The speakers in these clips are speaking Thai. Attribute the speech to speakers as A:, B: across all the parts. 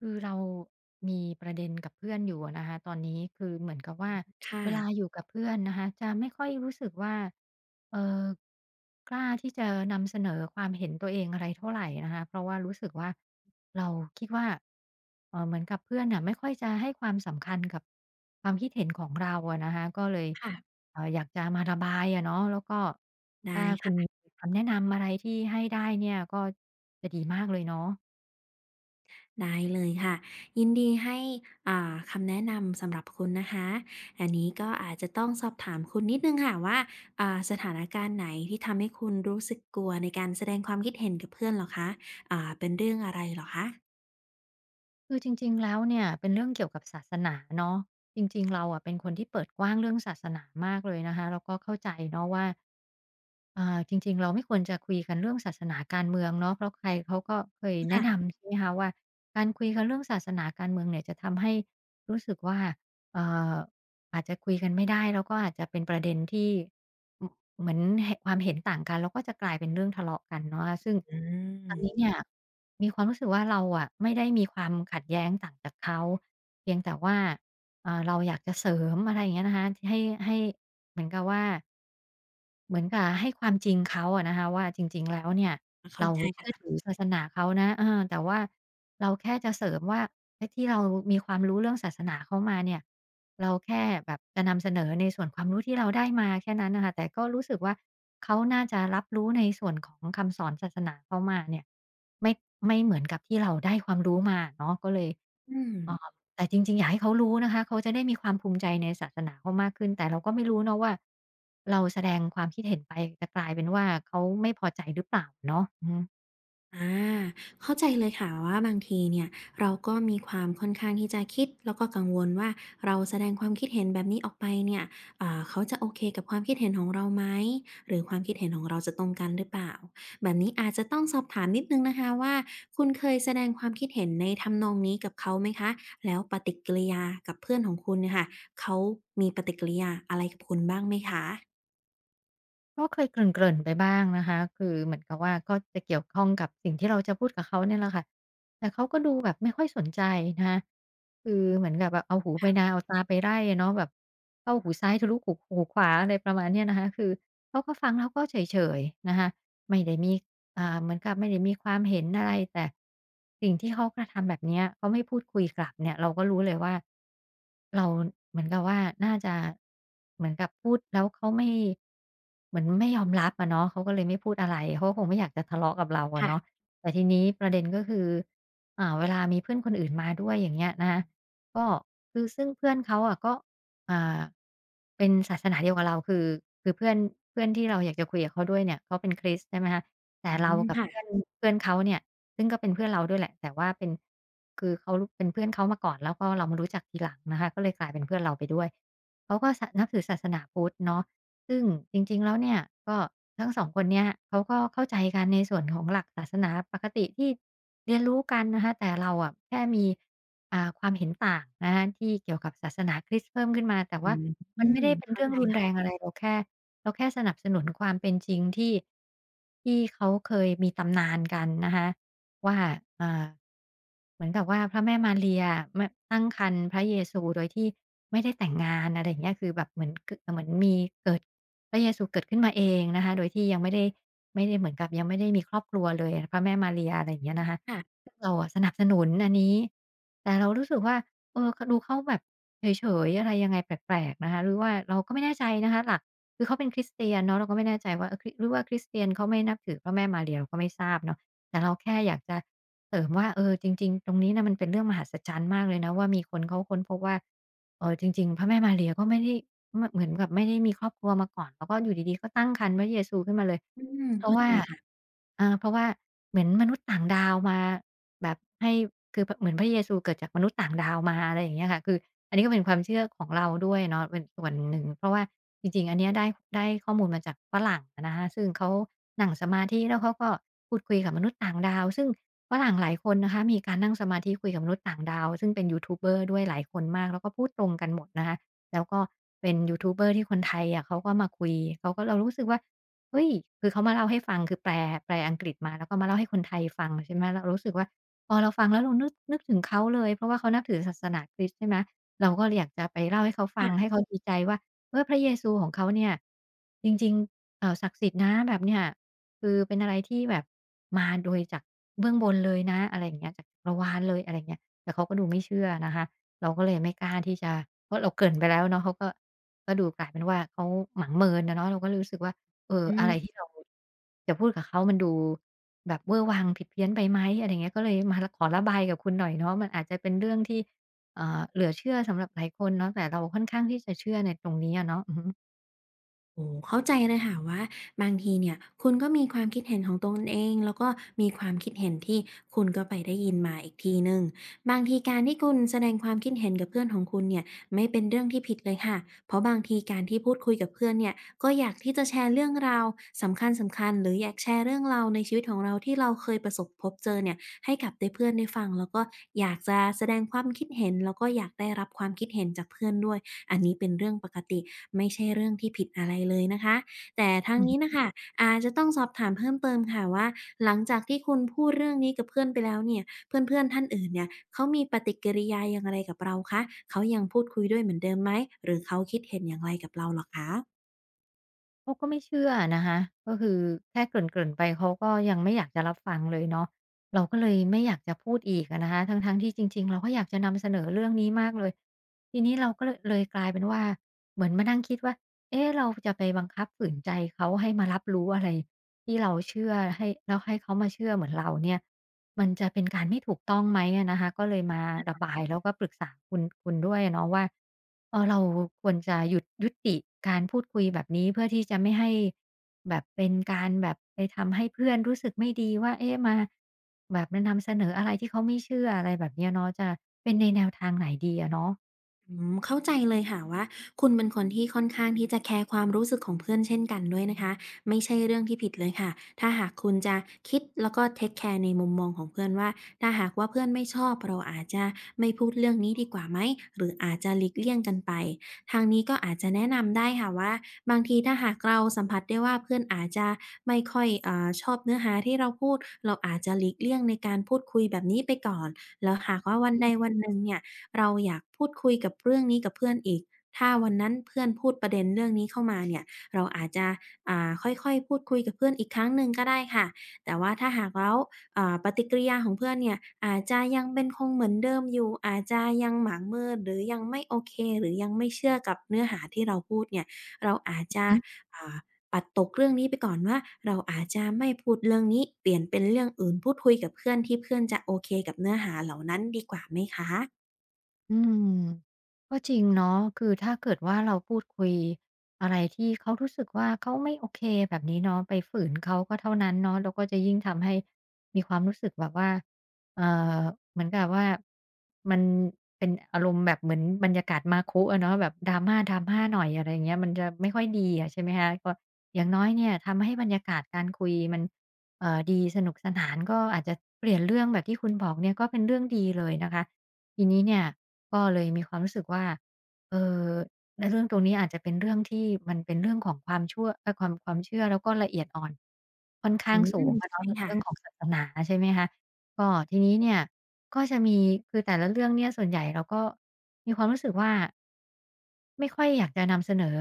A: คือเรามีประเด็นกับเพื่อนอยู่อะนะคะตอนนี้คือเหมือนกับว่า
B: ค่ะ
A: เวลาอยู่กับเพื่อนนะคะจะไม่ค่อยรู้สึกว่าเออกล้าที่จะนำเสนอความเห็นตัวเองอะไรเท่าไหรนะคะเพราะว่ารู้สึกว่าเราคิดว่าเหมือนกับเพื่อนน่ะไม่ค่อยจะให้ความสำคัญกับความคิดเห็นของเราอะนะคะก็เลย
B: ค่ะ
A: อยากจะมาระบายอะเนาะแล้วก็
B: ได้
A: ถ้าคุณ
B: ค่ะ
A: มีคำแนะนำอะไรที่ให้ได้เนี่ยก็จะดีมากเลยเนาะ
B: ได้เลยค่ะ ยินดีให้คำแนะนำสำหรับคุณนะคะ อันนี้ก็อาจจะต้องสอบถามคุณนิดหนึ่งค่ะว่าสถานการณ์ไหนที่ทำให้คุณรู้สึกกลัวในการแสดงความคิดเห็นกับเพื่อนเหรอคะเป็นเรื่องอะไรเหรอคะ
A: คือจริงๆแล้วเนี่ยเป็นเรื่องเกี่ยวกับศาสนาเนาะจริงๆเราอะเป็นคนที่เปิดกว้างเรื่องศาสนามากเลยนะคะแล้วก็เข้าใจเนาะว่าจริงๆเราไม่ควรจะคุยกันเรื่องศาสนาการเมืองเนาะเพราะใครเขาก็เคยแนะ
B: ค่ะ
A: นำใช่ไหมคะว่าการคุยกันเรื่องศาสนาการเมืองเนี่ยจะทำให้รู้สึกว่าเอ่ออาจจะคุยกันไม่ได้แล้วก็อาจจะเป็นประเด็นที่ อืมเหมือนความเห็นต่างกันแล้วก็จะกลายเป็นเรื่องทะเลาะกันเนาะซึ่ง
B: อื
A: ทา
B: ม
A: งนี้เนี่ยมีความรู้สึกว่าเราอะไม่ได้มีความขัดแย้งต่างจากเขาเพียงแต่ว่าเราอยากจะเสริมอะไรอย่างเงี้ยนะคะให้เหมือนกับว่า เหมือนกับให้ความจริงเขาอะนะคะว่าจริงๆแล้วเนี่ย
B: เข้า
A: เรา
B: ใจ
A: เชื่อ
B: ค่ะ
A: ถือศาสนาเขานะเออแต่ว่าเราแค่จะเสริมว่าไอ้ที่เรามีความรู้เรื่องศาสนาเขามาเนี่ยเราแค่แบบจะนำเสนอในส่วนความรู้ที่เราได้มาแค่นั้นน่ะค่ะแต่ก็รู้สึกว่าเขาน่าจะรับรู้ในส่วนของคำสอนศาสนาเขามาเนี่ยไม่ไม่เหมือนกับที่เราได้ความรู้มาอะเนาะก็เลย
B: อืม
A: ออแต่จริงๆอยากให้เขารู้นะคะเขาจะได้มีความภูมิใจในศาสนาเขามากขึ้นแต่เราก็ไม่รู้เนาะว่าเราแสดงความคิดเห็นไปจะกลายเป็นว่าเขาไม่พอใจหรือเปล่าเนาะอือฮึ
B: อ่าเข้าใจเลยค่ะว่าบางทีเนี่ยเราก็มีความค่อนข้างที่จะคิดแล้วก็กังวลว่าเราแสดงความคิดเห็นแบบนี้ออกไปเนี่ยเขาจะโอเคกับความคิดเห็นของเราไหมหรือความคิดเห็นของเราจะตรงกันหรือเปล่าแบบนี้อาจจะต้องสอบถามนิดนึงนะคะว่าคุณเคยแสดงความคิดเห็นในทำนองนี้กับเขาไหมคะแล้วปฏิกิริยากับเพื่อนของคุณเนี่ยค่ะเขามีปฏิกิริยาอะไรกับคุณบ้างไหมคะ
A: ก็เคยเกริ่นๆไปบ้างนะคะคือเหมือนกับว่าก็จะเกี่ยวข้องกับสิ่งที่เราจะพูดกับเขาเนี่ยแหละค่ะแต่เขาก็ดูแบบไม่ค่อยสนใจนะคะคือเหมือนกับแบบเอาหูไป
B: ค่ะ
A: นาเอาตาไปไร่อะเนาะแบบเข้าหูซ้ายทะลุหูขวาอะไรประมาณเนี้ยนะคะคือเขาก็ฟังแล้วก็เฉยๆนะคะไม่ได้มี เหมือนกับไม่ได้มีความเห็นอะไรแต่สิ่งที่เขากระทำแบบเนี้ยเขาไม่พูดคุยกลับเนี่ยเราก็รู้เลยว่าเราเหมือนกับว่าน่าจะเหมือนกับพูดแล้วเขาไม่เหมือนไม่ยอมรับอะเนาะเขาก็เลยไม่พูดอะไรเขาก็คงไม่อยากจะทะเลาะกับเราอะเนาะ
B: ค่ะ
A: แต่ทีนี้ประเด็นก็คือเวลามีเพื่อนคนอื่นมาด้วยอย่างเงี้ยนะคะก็คือซึ่งเพื่อนเขาอะก็อ่าเป็นศาสนาเดียวกับเราคือเพื่อนเพื่อนที่เราอยากจะคุยกับเขาด้วยเนี่ยเขาเป็นคริสต์ใช่ไหมคะ แต่
B: อื
A: เรา
B: ม
A: กับเพื่อ
B: ค่ะ
A: นเพื่อนเขาเนี่ยซึ่งก็เป็นเพื่อนเราด้วยแหละแต่ว่าเป็นคือเขาเป็นเพื่อนเขามาก่อนแล้วก็เรามารู้จักทีหลังนะคะก็เลยกลายเป็นเพื่อนเราไปด้วยเขาก็สนับถือศาสนาพุทธเนาะซึ่งจริงๆแล้วเนี่ยก็ทั้งสองคนเนี่ยเขาก็เข้าใจกันในส่วนของหลักศาสนาปกติที่เรียนรู้กันนะคะแต่เราอะแค่มีความเห็นต่างนะคะที่เกี่ยวกับศาสนาคริสต์เพิ่มขึ้นมาแต่
B: อื
A: ว่า
B: ม
A: มันไม่ได้เป็น
B: เข้า
A: เรื่อง
B: ใจ
A: รุนแร
B: ค่ะ
A: งอะไรเราแค่ เราแค่สนับสนุนความเป็นจริงที่เขาเคยมีตำนานกันนะคะว่าอ่าเหมือนกับว่าพระแม่มารีอะตั้งครรภ์พระเยซูโดยที่ไม่ได้แต่งงานอะไรอย่างเงี้ยคือแบบเหมือนมีเกิดพระเยซูเกิดขึ้นมาเองนะคะโดยที่ยังไม่ได้เหมือนกับยังไม่ได้มีครอบครัวเลยพระแม่มารีอะไรอย่างเงี้ยนะคะ
B: ค่ะ
A: ซึ่งเราอะสนับสนุนอันนี้แต่เรารู้สึกว่าเออดูเขาแบบเฉยๆอะไรยังไงแปลกๆนะคะหรือว่าเราก็ไม่แน่ใจนะคะหลัก คือเขาเป็นคริสเตียนเนาะเราก็ไม่แน่ใจว่าเออคริหรือว่าคริสเตียนเขาไม่นับถือพระแม่มารีเราก็ไม่ทราบเนาะแต่เราแค่อยากจะเสริมว่าเออจริงๆตรงนี้น่ะมันเป็นเรื่องมหัศจรรย์มากเลยนะว่ามีคนเขาค้นพบว่าจริงๆพระแม่มารีก็ไม่ได้เหมือนกับไม่ได้มีครอบครัวมาก่อนแล้วก็อยู่ดีๆก็ตั้งครรภ์พระเยซูขึ้นมาเลย
B: อืม
A: เพ
B: เข้า
A: ราะ
B: ใจ
A: ว่า
B: ค่ะ
A: เพราะว่าเหมือนมนุษย์ต่างดาวมาแบบให้คือเหมือนพระเยซูเกิดจากมนุษย์ต่างดาวมาอะไรอย่างเงี้ยค่ะคือ อันนี้ก็เป็นความเชื่อของเราด้วยเนาะเป็นส่วนหนึ่งเพราะว่าจริงๆอันเนี้ยได้ข้อมูลมาจากฝรั่งอะนะคะซึ่งเขานั่งสมาธิแล้วเขาก็พูดคุยกับมนุษย์ต่างดาวซึ่งฝรั่งหลายคนนะคะมีการนั่งสมาธิคุยกับมนุษย์ต่างดาวซึ่งเป็นยูทูบเบอร์ด้วยหลายคนมากแล้วก็พูดตรงกันหมดนะคะแล้วก็เป็นยูทูบเบอร์ที่คนไทยอะเขาก็มาคุยเขาก็เรารู้สึกว่าเฮ้ยคือเขามาเล่าให้ฟังคือแปลอังกฤษมาแล้วก็มาเล่าให้คนไทยฟังใช่ไหมเรารู้สึกว่าพอเราฟังแล้วเรานึกถึงเขาเลยเพราะว่าเขานับถือศาสนาคริสต์ใช่ไหม เราก็เลยอยากจะไปเล่าให้เขาฟัง
B: ค่ะ
A: ให้เขาดีใจว่าเออพระเยซูของเขาเนี่ยจริงๆศักดิ์สิทธิ์นะแบบเนี้ยคือเป็นอะไรที่แบบมาโดยจากเบื้องบนเลยนะอะไรอย่างเงี้ยจากจักรวาลเลยอะไรอย่างเงี้ยแต่เขาก็ดูไม่เชื่อนะคะเราก็เลยไม่กล้าที่จะเพราะเราเกริ่นไปแล้วเนาะเขาก็ดูกลายเป็นว่าเขาหมางเมินอะเนาะเราก็เลยรู้สึกว่าเออ
B: อื
A: อะไร
B: ม
A: ที่เราจะพูดกับเขามันดูแบบเวอร์วังผิดเพี้ยนไปไหมอะไรอย่างเงี้ยก็เลยมาขอระบายกับคุณหน่อยเนาะมันอาจจะเป็นเรื่องที่ อ่าเหลือเชื่อสำหรับหลายคนเนาะแต่เราค่อนข้างที่จะเชื่อในตรงนี้อะเนาะอือฮึ
B: โอ้โฮเข้าใจเลยค่ะว่าบางทีเนี่ยคุณก็มีความคิดเห็นของตนเองแล้วก็มีความคิดเห็นที่คุณก็ไปได้ยินมาอีกทีหนึ่งบางทีการที่คุณแสดงความคิดเห็นกับเพื่อนของคุณเนี่ยไม่เป็นเรื่องที่ผิดเลยค่ะเพราะบางทีการที่พูดคุยกับเพื่อนเนี่ยก็อยากที่จะแชร์เรื่องราวสำคัญๆหรืออยากแชร์เรื่องราวในชีวิตของเราที่เราเคยประสบพบเจอเนี่ยให้กับได้เพื่อนได้ฟังแล้วก็อยากจะแสดงความคิดเห็นแล้วก็อยากได้รับความคิดเห็นจากเพื่อนด้วย อันนี้เป็นเรื่องปกติไม่ใช่เรื่องที่ผิดอะไรเลยนะคะแต่ทาง
A: อือฮ
B: นี้น่ะ
A: ึ
B: ค่ะอาจจะต้องสอบถามเพิ่มเติมค่ะว่าหลังจากที่คุณพูดเรื่องนี้กับเพื่อนไปแล้วเนี่ยเพื่อนๆท่านอื่นเนี่ยเขามีปฏิกิริยาอย่างไรกับเราคะเขายังพูดคุยด้วยเหมือนเดิมไหมหรือเขาคิดเห็นอย่างไรกับเราเหรอคะ
A: เขาก็ไม่เชื่ออะนะคะก็คือแค่เกริ่นๆไปเขาก็ยังไม่อยากจะรับฟังเลยเนาะเราก็เลยไม่อยากจะพูดอีกอะนะคะทั้งๆที่จริงๆเราก็อยากจะนำเสนอเรื่องนี้มากเลยทีนี้เราก็เลยกลายเป็นว่าเหมือนมานั่งคิดว่าเอ๊ะเราจะไปบังคับฝืนใจเขาให้มารับรู้อะไรที่เราเชื่อแล้วให้เขามาเชื่อเหมือนเราเนี่ย มันจะเป็นการไม่ถูกต้องไหมอะนะคะก็เลยมาระบายแล้วก็ปรึกษาคุณด้วยเนาะว่าเออเราควรจะหยุดยุติการพูดคุยแบบนี้เพื่อที่จะไม่ให้แบบเป็นการแบบไปทำให้เพื่อนรู้สึกไม่ดีว่าเอ๊ะมาแบบมานำเสนออะไรที่เขาไม่เชื่ออะไรแบบเนี้ยเนาะจะเป็นในแนวทางไหนดีอะเนาะ
B: อืมเข้าใจเลยค่ะว่าคุณเป็นคนที่ค่อนข้างที่จะแคร์ความรู้สึกของเพื่อนเช่นกันด้วยนะคะไม่ใช่เรื่องที่ผิดเลยค่ะถ้าหากคุณจะคิดแล้วก็เทคแคร์ในมุมมองของเพื่อนว่าถ้าหากว่าเพื่อนไม่ชอบเราอาจจะไม่พูดเรื่องนี้ดีกว่าไหมหรืออาจจะหลีกเลี่ยงกันไปทางนี้ก็อาจจะแนะนำได้ค่ะว่าบางทีถ้าหากเราสัมผัสได้ว่าเพื่อนอาจจะไม่ค่อยชอบเนื้อหาที่เราพูดเราอาจจะหลีกเลี่ยงในการพูดคุยแบบนี้ไปก่อนแล้วหากว่าวันใดวันหนึ่งเนี่ย เราอยากพูดคุยกับเรื่องนี้กับเพื่อนอีกถ้าวันนั้นเพื่อนพูดประเด็นเรื่องนี้เข้ามาเนี่ยเราอาจจะค่อยๆพูดคุยกับเพื่อนอีกครั้งหนึ่งก็ได้ค่ะ แต่ว่าถ้าหากแล้วปฏิกิริยาของเพื่อนเนี่ยอาจจะยังเป็นคงเหมือนเดิมอยู่อาจจะยังหมางเมินหรือยังไม่โอเคหรือยังไม่เชื่อกับเนื้อหาที่เราพูดเนี่ยเราอาจจะอ่าปัดตกเรื่องนี้ไปก่อนว่าเราอาจจะไม่พูดเรื่องนี้เปลี่ยนเป็นเรื่องอื่นพูดคุยกับเพื่อนที่เพื่อนจะโอเคกับเนื้อหาเหล่านั้นดีกว่าไหมคะ
A: อืมก็จริงเนาะคือถ้าเกิดว่าเราพูดคุยอะไรที่เขารู้สึกว่าเขาไม่โอเคแบบนี้เนาะไปฝืนเขาก็เท่านั้นเนาะแล้วก็จะยิ่งทำให้มีความรู้สึกแบบว่าเอ่อเหมือนกับว่ามันเป็นอารมณ์แบบเหมือนบรรยากาศมาคุอะเนาะแบบ drama drama หน่อยอะไรอย่างเงี้ยมันจะไม่ค่อยดีอะใช่ไหมคะก็อย่างน้อยเนี่ยทำให้บรรยากาศการคุยมันดีสนุกสนานก็อาจจะเปลี่ยนเรื่องแบบที่คุณบอกเนี่ยก็เป็นเรื่องดีเลยนะคะ ทีนี้เนี่ยก็เลยมีความรู้สึกว่าเออในเรื่องตรงนี้อาจจะเป็นเรื่องที่มันเป็นเรื่องของความชั่วเออความความเชื่อแล้วก็ละเอียดอ่อนค่อน
B: อื
A: ข้างสู
B: ม
A: งอะเนาะ
B: ใช่
A: เป็น
B: ค่ะ
A: เรื่องของศาสนาใช่ไหมคะ ก็ทีนี้เนี่ยก็จะมีคือแต่ละเรื่องเนี่ยส่วนใหญ่เราก็มีความรู้สึกว่าไม่ค่อยอยากจะนำเสนอ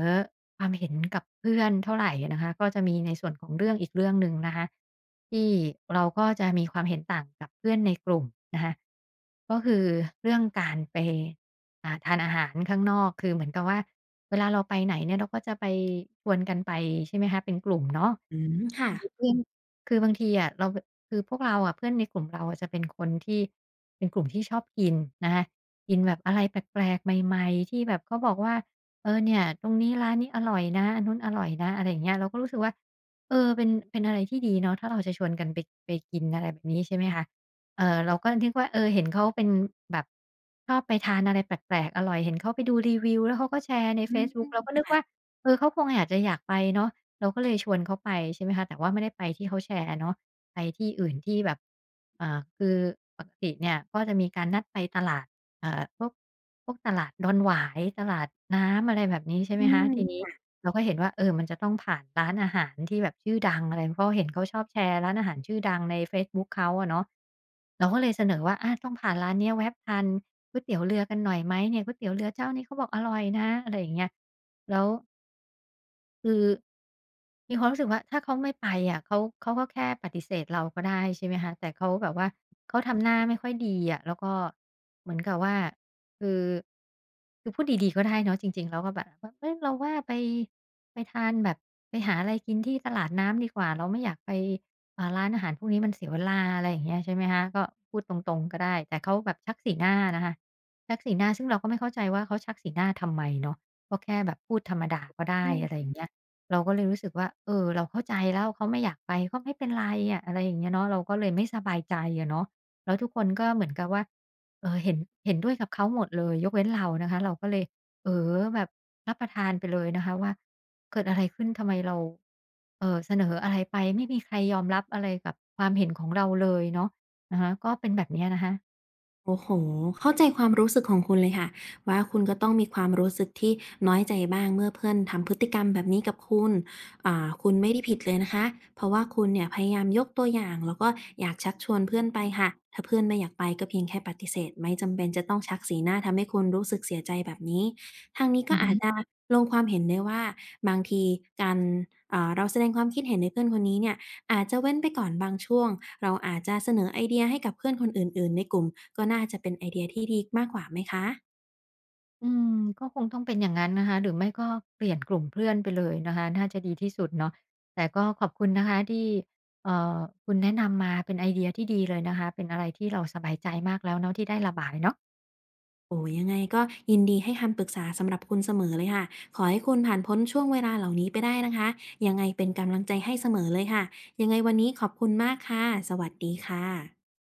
A: ความเห็นกับเพื่อนเท่าไรนะคะก็จะมีในส่วนของเรื่องอีกเรื่องหนึ่งนะคะที่เราก็จะมีความเห็นต่างกับเพื่อนในกลุ่มนะคะก็คือเรื่องการไปทานอาหารข้างนอกคือเหมือนกับว่าเวลาเราไปไหนเนี่ยเราก็จะไปชวนกันไปใช่ไหมคะเป็นกลุ่มเนาะ
B: อืมค่ะ
A: คือเพื่อนคือบางทีอะเรา คือพวกเราอะเพื่อนในกลุ่มเราอะจะเป็นคนที่เป็นกลุ่มที่ชอบกินนะคะกินแบบอะไรแปลกๆใหม่ๆที่แบบเขาบอกว่าเออเนี่ยตรงนี้ร้านนี้อร่อยนะอันนู้นอร่อยนะอะไรอย่างเงี้ยเราก็รู้สึกว่าเออเป็นอะไรที่ดีเนาะถ้าเราจะชวนกันไปไปกินอะไรแบบนี้ใช่ไหมคะเราก็นึกว่าเออเห็นเขาเป็นแบบชอบไปทานอะไรแปลกๆอร่อยเห็นเขาไปดูรีวิวแล้วเขาก็แชร์ใน
B: อื
A: เฟ
B: ม
A: ซ
B: อื
A: บุ๊ก
B: ม
A: เราก็นึกว่าเออเขาคงอยากจะอยากไปเนาะเราก็เลยชวนเขาไปใช่ไหมคะแต่ว่าไม่ได้ไปที่เขาแชร์เนาะ ไปที่อื่นที่แบบเอ่าคือปกติเนี่ยก็จะมีการนัดไปตลาดเอ่อพวกพวกตลาดดอนหวายตลาดน้ำอะไรแบบนี้ใช่ไหมคะทีนี้เราก็เห็นว่าเออมันจะต้องผ่านร้านอาหารที่แบบชื่อดังอะไรเพราะเห็นเขาชอบแชร์ร้านอาหารชื่อดังในเฟซบุ๊กเขาอะเนาะเราก็เลยเสนอว่าอาต้องผ่านร้านเนี้ยแวะทานก๋วยเตี๋ยวเรือกันหน่อยไหมเนี่ยก๋วยเตี๋ยวเรือเจ้านี้เขาบอกอร่อยนะอะไรอย่างเงี้ยแล้ว คือมีความรู้สึกว่าถ้าเขาไม่ไปอะเขาก็แค่ปฏิเสธเราก็ได้ใช่ไหมคะแต่เขาแบบว่าเขาทำหน้าไม่ค่อยดีอะแล้วก็เหมือนกับว่าคือคือพูดดีๆก็ได้เนาะจริงๆแล้วก็แบบว่าเฮ้ยเราว่าไปไปทานแบบไปหาอะไรกินที่ตลาดน้ำดีกว่าเราไม่อยากไปร้านอาหารพวกนี้มันเสียเวลาอะไรอย่างเงี้ยใช่ไหมคะก็พูดตรงๆก็ได้แต่เขาแบบชักสีหน้านะคะชักสีหน้าซึ่งเราก็ไม่เข้าใจว่าเขาชักสีหน้าทำไมเนาะก็แค่แบบพูดธรรมดาก็ได้
B: อืม
A: อะไรอย่างเงี้ย เราก็เลยรู้สึกว่าเออเราเข้าใจแล้วเขาไม่อยากไปก็ไม่เป็นไรอะอะไรอย่างเงี้ยเนาะเราก็เลยไม่สบายใจอะเนาะแล้วทุกคนก็เหมือนกับว่าเออเห็นด้วยกับเขาหมดเลยยกเว้นเรานะคะเราก็เลยเอ๋อแบบรับประทานไปเลยนะคะว่าเกิดอะไรขึ้นทำไมเราเสนออะไรไปไม่มีใครยอมรับอะไรกับความเห็นของเราเลยเนาะอะฮะก็เป็นแบบเนี้ยนะคะ
B: โอ้โฮเข้าใจความรู้สึกของคุณเลยค่ะ ว่าคุณก็ต้องมีความรู้สึกที่น้อยใจบ้างเมื่อเพื่อนทำพฤติกรรมแบบนี้กับคุณคุณไม่ได้ผิดเลยนะคะ เพราะว่าคุณเนี่ยพยายามยกตัวอย่างแล้วก็อยากชักชวนเพื่อนไปค่ะ ถ้าเพื่อนไม่อยากไปก็เพียงแค่ปฏิเสธไม่จำเป็นจะต้องชักสีหน้าทำให้คุณรู้สึกเสียใจแบบนี้ทางนี้ก็
A: อือ
B: อา
A: ฮึ
B: จจะลงความเห็นได้ว่าบางทีการเราแสดงความคิดเห็นในเพื่อนคนนี้เนี่ย อาจจะเว้นไปก่อนบางช่วงเราอาจจะเสนอไอเดียให้กับเพื่อนคนอื่นๆในกลุ่มก็น่าจะเป็นไอเดียที่ดีมากกว่าไหมคะ
A: อืมก็คงต้องเป็นอย่างนั้นนะคะหรือไม่ก็เปลี่ยนกลุ่มเพื่อนไปเลยนะคะน่าจะดีที่สุดเนาะแต่ก็ขอบคุณนะคะที่เอ่อคุณแนะนำมาเป็นไอเดียที่ดีเลยนะคะเป็นอะไรที่เราสบายใจมากแล้วเนาะที่ได้ระบายเนาะ
B: โอ้โฮยังไงก็ยินดีให้คำปรึกษาสำหรับคุณเสมอเลยค่ะขอให้คุณผ่านพ้นช่วงเวลาเหล่านี้ไปได้นะคะยังไงเป็นกำลังใจให้เสมอเลยค่ะยังไงวันนี้ขอบคุณมากค่ะสวัสดีค่ะ